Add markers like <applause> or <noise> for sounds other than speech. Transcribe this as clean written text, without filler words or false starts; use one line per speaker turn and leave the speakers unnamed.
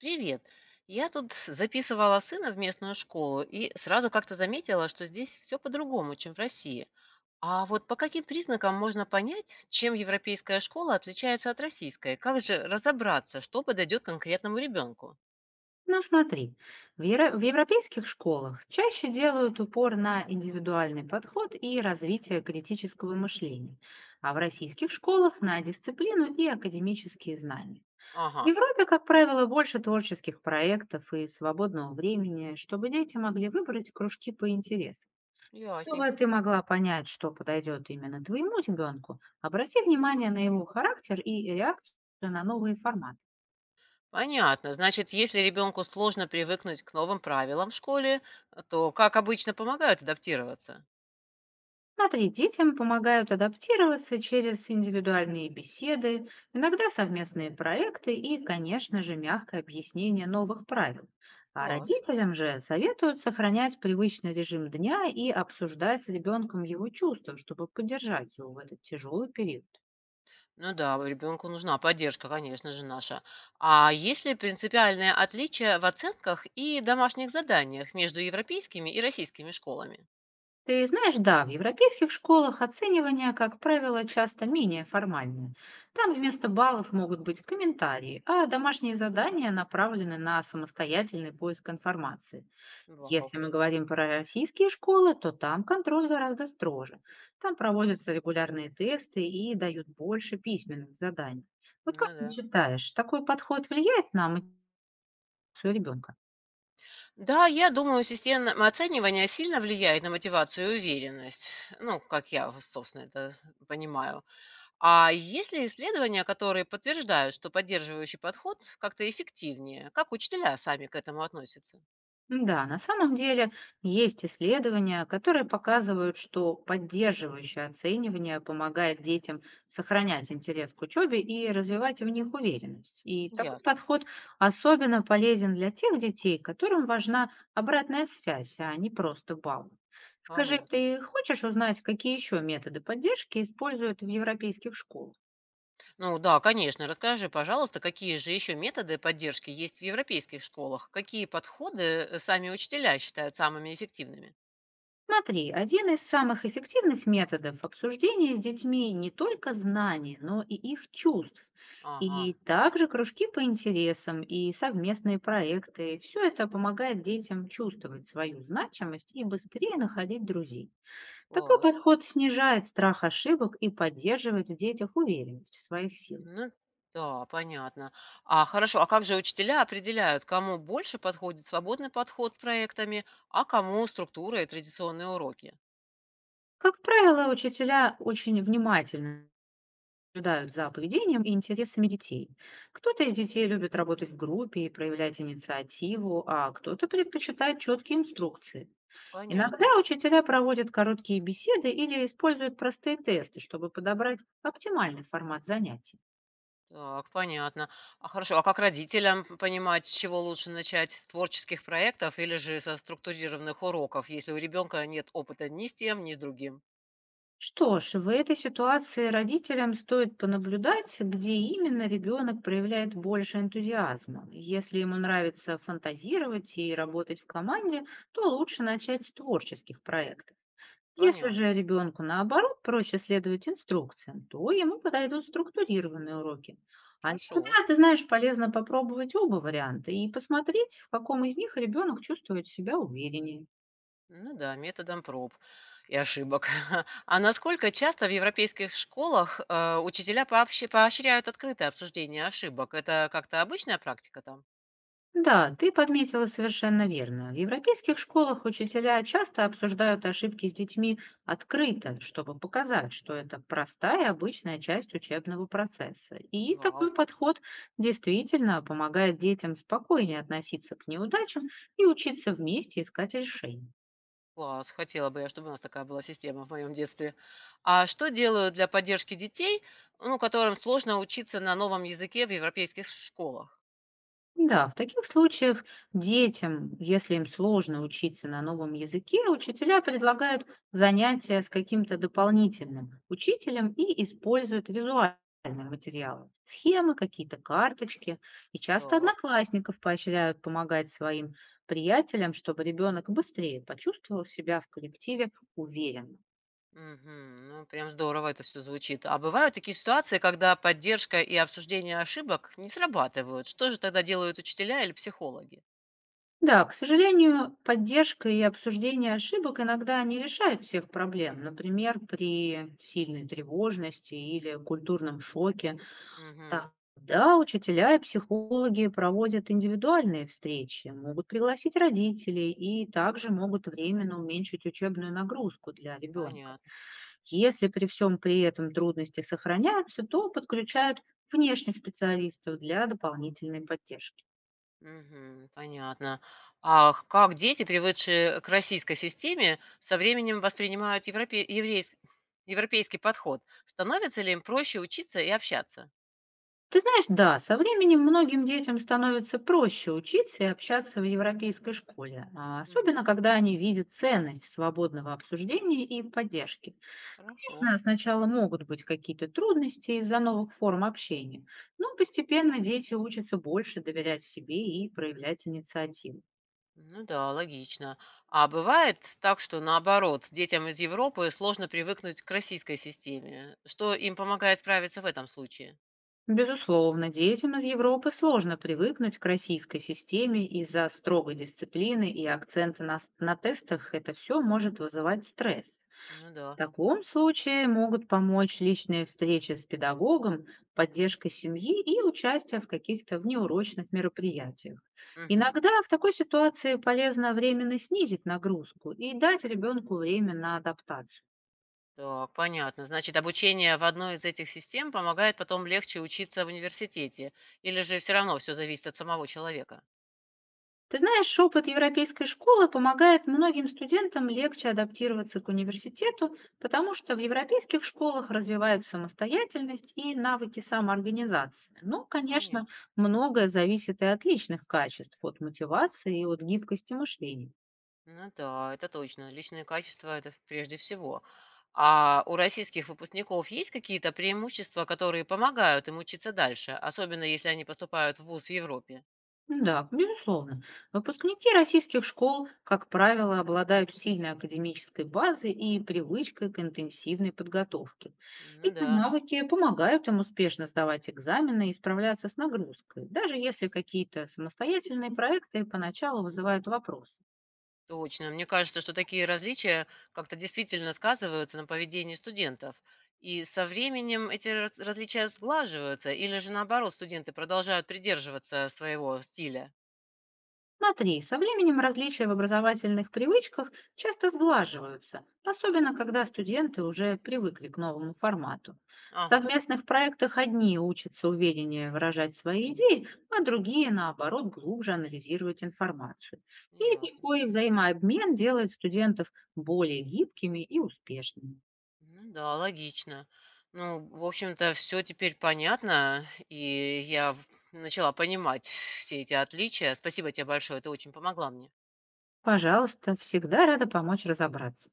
Привет. Я тут записывала сына в местную школу и сразу как-то заметила, что здесь все по-другому, чем в России. А вот по каким признакам можно понять, чем европейская школа отличается от российской? Как же разобраться, что подойдет конкретному ребенку?
Ну, смотри, в европейских школах чаще делают упор на индивидуальный подход и развитие критического мышления, а в российских школах на дисциплину и академические знания. В
Ага,
Европе, как правило, больше творческих проектов и свободного времени, чтобы дети могли выбрать кружки по интересам. Чтобы
ясненько.
ты могла понять, что подойдет именно твоему ребенку, обрати внимание на его характер и реакцию на новые форматы.
Понятно. Значит, если ребенку сложно привыкнуть к новым правилам в школе, то как обычно помогают адаптироваться?
Смотри, детям помогают адаптироваться через индивидуальные беседы, иногда совместные проекты и, конечно же, мягкое объяснение новых правил. А
Класс.
родителям же советуют сохранять привычный режим дня и обсуждать с ребенком его чувства, чтобы поддержать его в этот тяжелый период.
Ну да, в ребенку нужна поддержка, конечно же, наша. А есть ли принципиальное отличие в оценках и домашних заданиях между европейскими и российскими школами?
Ты знаешь, да, в европейских школах оценивание, как правило, часто менее формальное. Там вместо баллов могут быть комментарии, а домашние задания направлены на самостоятельный поиск информации.
Вау.
Если мы говорим про российские школы, то там контроль гораздо строже. Там проводятся регулярные тесты и дают больше письменных заданий. Вот как
Ну
ты
да.
считаешь, такой подход влияет на мотивацию ребенка?
Да, я думаю, система оценивания сильно влияет на мотивацию и уверенность. Ну, как я, собственно, это понимаю. А есть ли исследования, которые подтверждают, что поддерживающий подход как-то эффективнее? Как учителя сами к этому относятся?
Да, на самом деле есть исследования, которые показывают, что поддерживающее оценивание помогает детям сохранять интерес к учебе и развивать в них уверенность. И такой
Ясно,
подход особенно полезен для тех детей, которым важна обратная связь, а не просто баллы. Скажи,
понятно.
ты хочешь узнать, какие еще методы поддержки используют в европейских школах?
Ну да, конечно. Расскажи, пожалуйста, какие же еще методы поддержки есть в европейских школах? Какие подходы сами учителя считают самыми эффективными?
Смотри, один из самых эффективных методов обсуждения с детьми не только знаний, но и их чувств. И
Ага,
также кружки по интересам и совместные проекты. Все это помогает детям чувствовать свою значимость и быстрее находить друзей. Такой
класс.
подход снижает страх ошибок и поддерживает в детях уверенность в своих силах.
Ну да, понятно. А хорошо, а как же учителя определяют, кому больше подходит свободный подход с проектами, а кому структура и традиционные уроки?
Как правило, учителя очень внимательны, наблюдают за поведением и интересами детей. Кто-то из детей любит работать в группе и проявлять инициативу, а кто-то предпочитает четкие инструкции.
Понятно.
Иногда учителя проводят короткие беседы или используют простые тесты, чтобы подобрать оптимальный формат занятий.
Так, понятно. А хорошо, а как родителям понимать, с чего лучше начать? С творческих проектов или же со структурированных уроков, если у ребенка нет опыта ни с тем, ни с другим?
Что ж, в этой ситуации родителям стоит понаблюдать, где именно ребенок проявляет больше энтузиазма. Если ему нравится фантазировать и работать в команде, то лучше начать с творческих проектов. Если
Понятно.
же ребенку, наоборот, проще следовать инструкциям, то ему подойдут структурированные уроки. А иногда,
Хорошо.
ты знаешь, полезно попробовать оба варианта и посмотреть, в каком из них ребенок чувствует себя увереннее.
Ну да, методом проб и ошибок. <laughs> А насколько часто в европейских школах учителя поощряют открытое обсуждение ошибок? Это как-то обычная практика там?
Да, ты подметила совершенно верно. В европейских школах учителя часто обсуждают ошибки с детьми открыто, чтобы показать, что это простая обычная часть учебного процесса. И
Вау.
такой подход действительно помогает детям спокойнее относиться к неудачам и учиться вместе искать решения.
Класс, хотела бы я, чтобы у нас такая была система в моем детстве. А что делают для поддержки детей, ну, которым сложно учиться на новом языке в европейских школах?
Да, в таких случаях детям, если им сложно учиться на новом языке, учителя предлагают занятия с каким-то дополнительным учителем и используют визуальные материалы, схемы, какие-то карточки. И часто
Так.
одноклассников поощряют помогать своим приятелям, чтобы ребенок быстрее почувствовал себя в коллективе уверенно.
Мгм. Ну, прям здорово это все звучит. А бывают такие ситуации, когда поддержка и обсуждение ошибок не срабатывают. Что же тогда делают учителя или психологи?
Да, к сожалению, поддержка и обсуждение ошибок иногда не решают всех проблем. Например, при сильной тревожности или культурном шоке.
Угу.
Тогда учителя и психологи проводят индивидуальные встречи, могут пригласить родителей и также могут временно уменьшить учебную нагрузку для ребенка.
Понятно.
Если при всем при этом трудности сохраняются, то подключают внешних специалистов для дополнительной поддержки.
Мгм. Понятно. А как дети, привыкшие к российской системе, со временем воспринимают европейский подход? Становится ли им проще учиться и общаться?
Ты знаешь, да, со временем многим детям становится проще учиться и общаться в европейской школе, а
Мгм.
особенно когда они видят ценность свободного обсуждения и поддержки.
Хорошо.
Конечно, сначала могут быть какие-то трудности из-за новых форм общения, но постепенно дети учатся больше доверять себе и проявлять инициативу.
Ну да, логично. А бывает так, что наоборот, детям из Европы сложно привыкнуть к российской системе. Что им помогает справиться в этом случае?
Безусловно, детям из Европы сложно привыкнуть к российской системе из-за строгой дисциплины и акцента на тестах. Это все может вызывать стресс.
Ну
В
да.
таком случае могут помочь личные встречи с педагогом, поддержка семьи и участие в каких-то внеурочных мероприятиях.
Мгм.
Иногда в такой ситуации полезно временно снизить нагрузку и дать ребенку время на адаптацию.
Так, понятно. Значит, обучение в одной из этих систем помогает потом легче учиться в университете, или же все равно все зависит от самого человека?
Ты знаешь, опыт европейской школы помогает многим студентам легче адаптироваться к университету, потому что в европейских школах развивают самостоятельность и навыки самоорганизации. Но, конечно,
Понятно.
многое зависит и от личных качеств, от мотивации и от гибкости мышления.
Ну да, это точно. Личные качества– это прежде всего. А у российских выпускников есть какие-то преимущества, которые помогают им учиться дальше, особенно если они поступают в ВУЗ в Европе?
Ну, да, безусловно. Выпускники российских школ, как правило, обладают сильной академической базой и привычкой к интенсивной подготовке.
Ну
Эти
да.
навыки помогают им успешно сдавать экзамены и справляться с нагрузкой, даже если какие-то самостоятельные проекты поначалу вызывают вопросы.
Точно. Мне кажется, что такие различия как-то действительно сказываются на поведении студентов. И со временем эти различия сглаживаются, или же наоборот, студенты продолжают придерживаться своего стиля.
Смотри, со временем различия в образовательных привычках часто сглаживаются, особенно когда студенты уже привыкли к новому формату. В
Ага,
совместных проектах одни учатся увереннее выражать свои идеи, а другие, наоборот, глубже анализировать информацию. И
ясно.
такой взаимообмен делает студентов более гибкими и успешными.
Ну да, логично. Ну, в общем-то, все теперь понятно, и я начала понимать все эти отличия. Спасибо тебе большое, ты очень помогла мне.
Пожалуйста, всегда рада помочь разобраться.